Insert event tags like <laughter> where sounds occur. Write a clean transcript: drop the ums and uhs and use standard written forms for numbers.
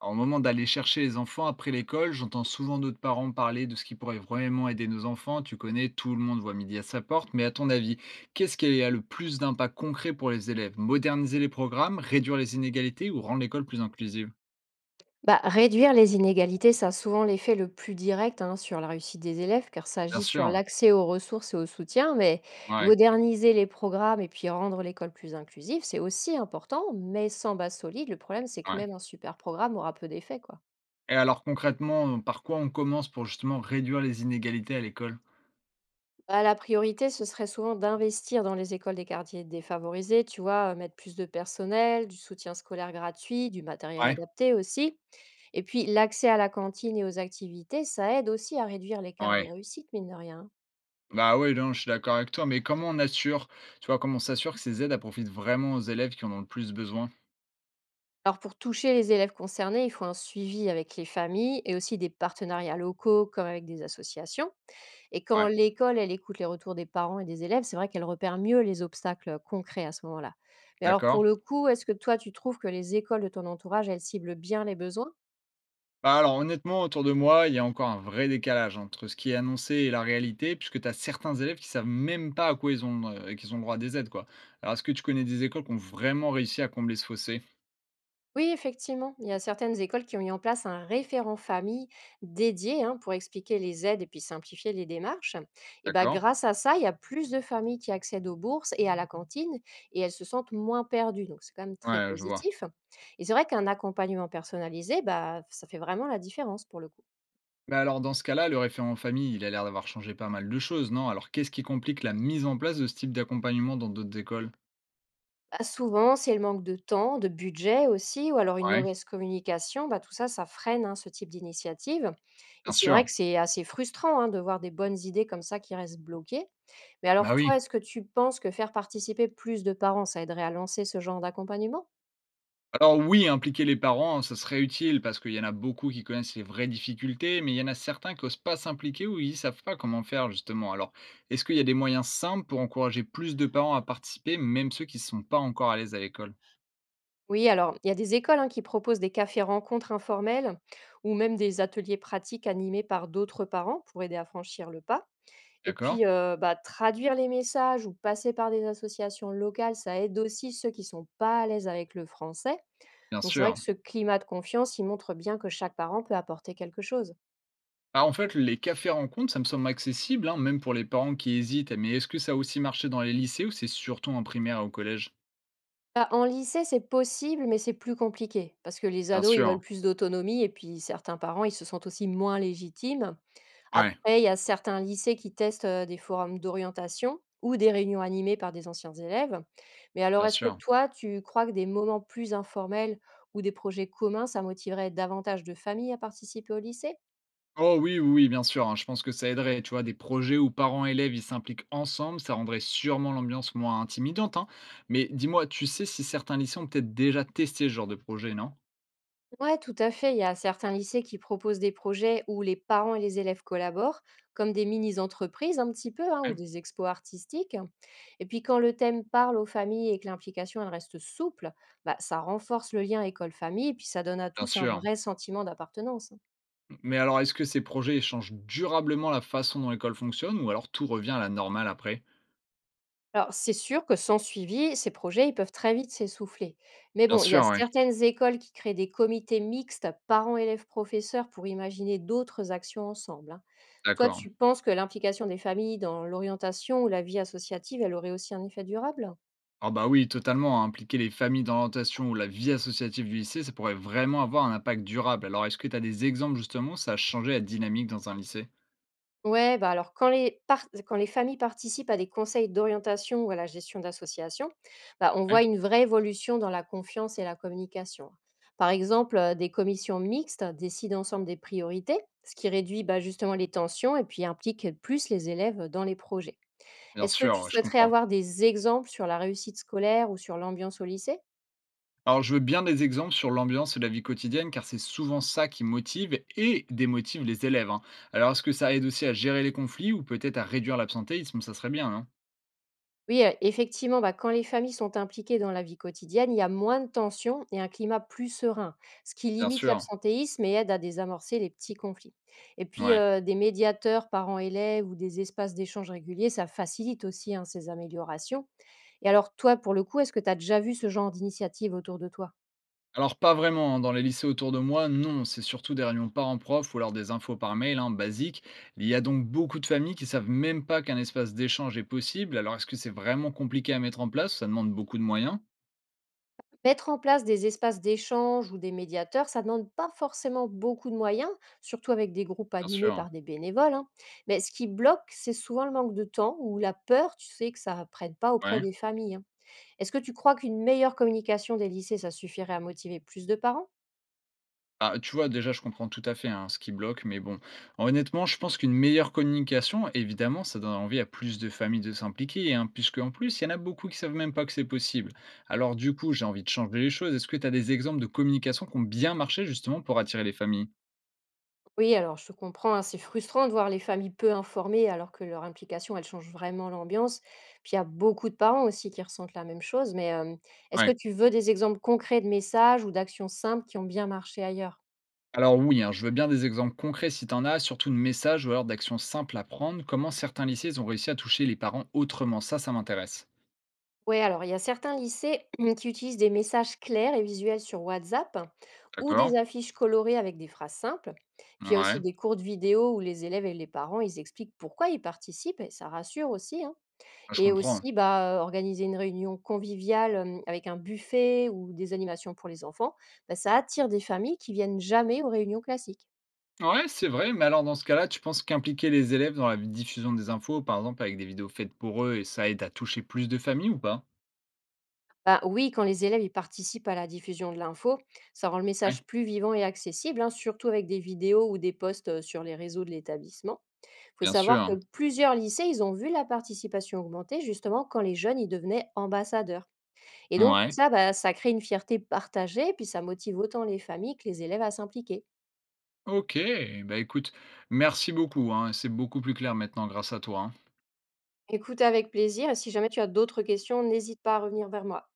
Alors, au moment d'aller chercher les enfants après l'école, j'entends souvent d'autres parents parler de ce qui pourrait vraiment aider nos enfants. Tu connais, tout le monde voit midi à sa porte, mais à ton avis, qu'est-ce qui a le plus d'impact concret pour les élèves? Moderniser les programmes, réduire les inégalités ou rendre l'école plus inclusive? Bah, réduire les inégalités, ça a souvent l'effet le plus direct hein, sur la réussite des élèves, car ça Bien agit sur sûr, l'accès aux ressources et au soutien, mais ouais, moderniser les programmes et puis rendre l'école plus inclusive, c'est aussi important, mais sans base solide, le problème c'est que ouais. même un super programme aura peu d'effet, quoi. Et alors concrètement, par quoi on commence pour justement réduire les inégalités à l'école? Bah, la priorité, ce serait souvent d'investir dans les écoles des quartiers défavorisés, tu vois, mettre plus de personnel, du soutien scolaire gratuit, du matériel Ouais, adapté aussi. Et puis l'accès à la cantine et aux activités, ça aide aussi à réduire l'écart de ouais. réussite, mine de rien. Bah oui, non, je suis d'accord avec toi, mais comment on assure, tu vois, comment on s'assure que ces aides elles profitent vraiment aux élèves qui en ont le plus besoin? Alors pour toucher les élèves concernés, il faut un suivi avec les familles et aussi des partenariats locaux comme avec des associations. Et quand Ouais, l'école, elle écoute les retours des parents et des élèves, c'est vrai qu'elle repère mieux les obstacles concrets à ce moment-là. Mais alors d'accord. pour le coup, est-ce que toi, tu trouves que les écoles de ton entourage, elles ciblent bien les besoins? Bah, alors honnêtement, autour de moi, il y a encore un vrai décalage entre ce qui est annoncé et la réalité, puisque tu as certains élèves qui savent même pas à quoi ils ont, qu'ils ont le droit des aides, quoi. Alors est-ce que tu connais des écoles qui ont vraiment réussi à combler ce fossé? Oui, effectivement, il y a certaines écoles qui ont mis en place un référent famille dédié hein, pour expliquer les aides et puis simplifier les démarches. Et ben, D'accord. grâce à ça, il y a plus de familles qui accèdent aux bourses et à la cantine et elles se sentent moins perdues. Donc, c'est quand même très Ouais, je vois. positif. Et c'est vrai qu'un accompagnement personnalisé, bah, ça fait vraiment la différence pour le coup. Mais alors dans ce cas-là, le référent famille, il a l'air d'avoir changé pas mal de choses, non? Alors qu'est-ce qui complique la mise en place de ce type d'accompagnement dans d'autres écoles? Bah, souvent, c'est le manque de temps, de budget aussi, ou alors une Ouais, mauvaise communication. Bah, tout ça, ça freine hein, ce type d'initiative. bien Et c'est vrai sûr. que c'est assez frustrant hein, de voir des bonnes idées comme ça qui restent bloquées. Mais Bah alors, oui. toi, est-ce que tu penses que faire participer plus de parents, ça aiderait à lancer ce genre d'accompagnement? Alors oui, impliquer les parents, ça serait utile parce qu'il y en a beaucoup qui connaissent les vraies difficultés, mais il y en a certains qui n'osent pas s'impliquer ou ils ne savent pas comment faire justement. Alors, est-ce qu'il y a des moyens simples pour encourager plus de parents à participer, même ceux qui ne sont pas encore à l'aise à l'école? Oui, alors, il y a des écoles hein, qui proposent des cafés rencontres informels ou même des ateliers pratiques animés par d'autres parents pour aider à franchir le pas. Et D'accord? puis, bah, traduire les messages ou passer par des associations locales, ça aide aussi ceux qui sont pas à l'aise avec le français. Bien Donc c'est vrai sûr. que ce climat de confiance, il montre bien que chaque parent peut apporter quelque chose. Ah, en fait, les cafés rencontres, ça me semble accessible, hein, même pour les parents qui hésitent. Mais est-ce que ça a aussi marché dans les lycées ou c'est surtout en primaire et au collège? Bah, en lycée, c'est possible, mais c'est plus compliqué parce que les Bien ados, ils sûr. veulent plus d'autonomie et puis certains parents, ils se sentent aussi moins légitimes. Ouais, Après, il y a certains lycées qui testent, des forums d'orientation ou des réunions animées par des anciens élèves. Mais alors, bien est-ce que sûr. toi, tu crois que des moments plus informels ou des projets communs, ça motiverait davantage de familles à participer au lycée? Oh oui, oui, oui, bien sûr, hein, je pense que ça aiderait, tu vois, des projets où parents et élèves, ils s'impliquent ensemble, ça rendrait sûrement l'ambiance moins intimidante, hein. Mais dis-moi, tu sais si certains lycées ont peut-être déjà testé ce genre de projet, non? Ouais, tout à fait. Il y a certains lycées qui proposent des projets où les parents et les élèves collaborent, comme des mini-entreprises un petit peu, hein, ou Ouais, des expos artistiques. Et puis quand le thème parle aux familles et que l'implication elle reste souple, bah, ça renforce le lien école-famille et puis ça donne à bien tous un sûr. vrai sentiment d'appartenance, hein. Mais alors, est-ce que ces projets changent durablement la façon dont l'école fonctionne ou alors tout revient à la normale après? Alors c'est sûr que sans suivi, ces projets ils peuvent très vite s'essouffler. Mais Bien bon, il y sûr, a oui, certaines écoles qui créent des comités mixtes parents-élèves-professeurs pour imaginer d'autres actions ensemble, hein. Toi, d'accord. tu penses que l'implication des familles dans l'orientation ou la vie associative, elle aurait aussi un effet durable? Ah bah oui, totalement, hein, impliquer les familles dans l'orientation ou la vie associative du lycée, ça pourrait vraiment avoir un impact durable. Alors, est-ce que tu as des exemples justement où ça a changé la dynamique dans un lycée? Ouais, bah alors quand les familles participent à des conseils d'orientation ou à la gestion d'associations, bah, on voit une vraie évolution dans la confiance et la communication. Par exemple, des commissions mixtes décident ensemble des priorités, ce qui réduit bah, justement les tensions et puis implique plus les élèves dans les projets. Bien Est-ce que sûr, tu ouais, je souhaiterais comprends. avoir des exemples sur la réussite scolaire ou sur l'ambiance au lycée? Alors, je veux bien des exemples sur l'ambiance de la vie quotidienne, car c'est souvent ça qui motive et démotive les élèves, hein. Alors, est-ce que ça aide aussi à gérer les conflits ou peut-être à réduire l'absentéisme? Ça serait bien, non? Oui, effectivement, bah, quand les familles sont impliquées dans la vie quotidienne, il y a moins de tensions et un climat plus serein, ce qui Bien limite sûr. l'absentéisme et aide à désamorcer les petits conflits. Et puis, Ouais. Des médiateurs parents-élèves ou des espaces d'échange réguliers, ça facilite aussi, hein, ces améliorations. Et alors toi, pour le coup, est-ce que tu as déjà vu ce genre d'initiative autour de toi? Alors, pas vraiment, hein. Dans les lycées autour de moi, non. C'est surtout des réunions parents-prof ou alors des infos par mail, hein, basiques. Il y a donc beaucoup de familles qui savent même pas qu'un espace d'échange est possible. Alors, est-ce que c'est vraiment compliqué à mettre en place? Ça demande beaucoup de moyens. Mettre en place des espaces d'échange ou des médiateurs, ça ne demande pas forcément beaucoup de moyens, surtout avec des groupes Bien animés sûr. par des bénévoles, hein. Mais ce qui bloque, c'est souvent le manque de temps ou la peur, tu sais, que ça ne prenne pas auprès Ouais. des familles, hein. Est-ce que tu crois qu'une meilleure communication des lycées, ça suffirait à motiver plus de parents? Ah, tu vois, déjà, je comprends tout à fait, hein, ce qui bloque, mais bon, honnêtement, je pense qu'une meilleure communication, évidemment, ça donne envie à plus de familles de s'impliquer, hein, puisque en plus, il y en a beaucoup qui savent même pas que c'est possible. Alors, du coup, j'ai envie de changer les choses. Est-ce que tu as des exemples de communication qui ont bien marché justement pour attirer les familles? Oui, alors je comprends, hein, c'est frustrant de voir les familles peu informées alors que leur implication, elle change vraiment l'ambiance. Puis il y a beaucoup de parents aussi qui ressentent la même chose, mais est-ce que Ouais. tu veux des exemples concrets de messages ou d'actions simples qui ont bien marché ailleurs? Alors oui, hein, je veux bien des exemples concrets si tu en as, surtout de messages ou alors d'actions simples à prendre, comment certains lycées ils ont réussi à toucher les parents autrement. Ça m'intéresse. Oui, alors il y a certains lycées <clears throat> qui utilisent des messages clairs et visuels sur WhatsApp ou D'accord? des affiches colorées avec des phrases simples. Puis il y a aussi Ouais, des cours de vidéo où les élèves et les parents, ils expliquent pourquoi ils participent et ça rassure aussi, hein. je Et comprends. aussi, bah, organiser une réunion conviviale, avec un buffet ou des animations pour les enfants, bah, ça attire des familles qui viennent jamais aux réunions classiques. Ouais, c'est vrai, mais alors dans ce cas-là, tu penses qu'impliquer les élèves dans la diffusion des infos, par exemple avec des vidéos faites pour eux, et ça aide à toucher plus de familles ou pas? Bah, oui, quand les élèves, ils participent à la diffusion de l'info, ça rend le Ouais, message plus vivant et accessible, hein, surtout avec des vidéos ou des posts, sur les réseaux de l'établissement. Il faut bien savoir sûr. que plusieurs lycées, ils ont vu la participation augmenter justement quand les jeunes, ils devenaient ambassadeurs. Et donc tout Ouais. ça, bah, ça crée une fierté partagée, puis ça motive autant les familles que les élèves à s'impliquer. Ok, bah écoute, merci beaucoup, hein, c'est beaucoup plus clair maintenant grâce à toi, hein. Écoute avec plaisir et si jamais tu as d'autres questions, n'hésite pas à revenir vers moi.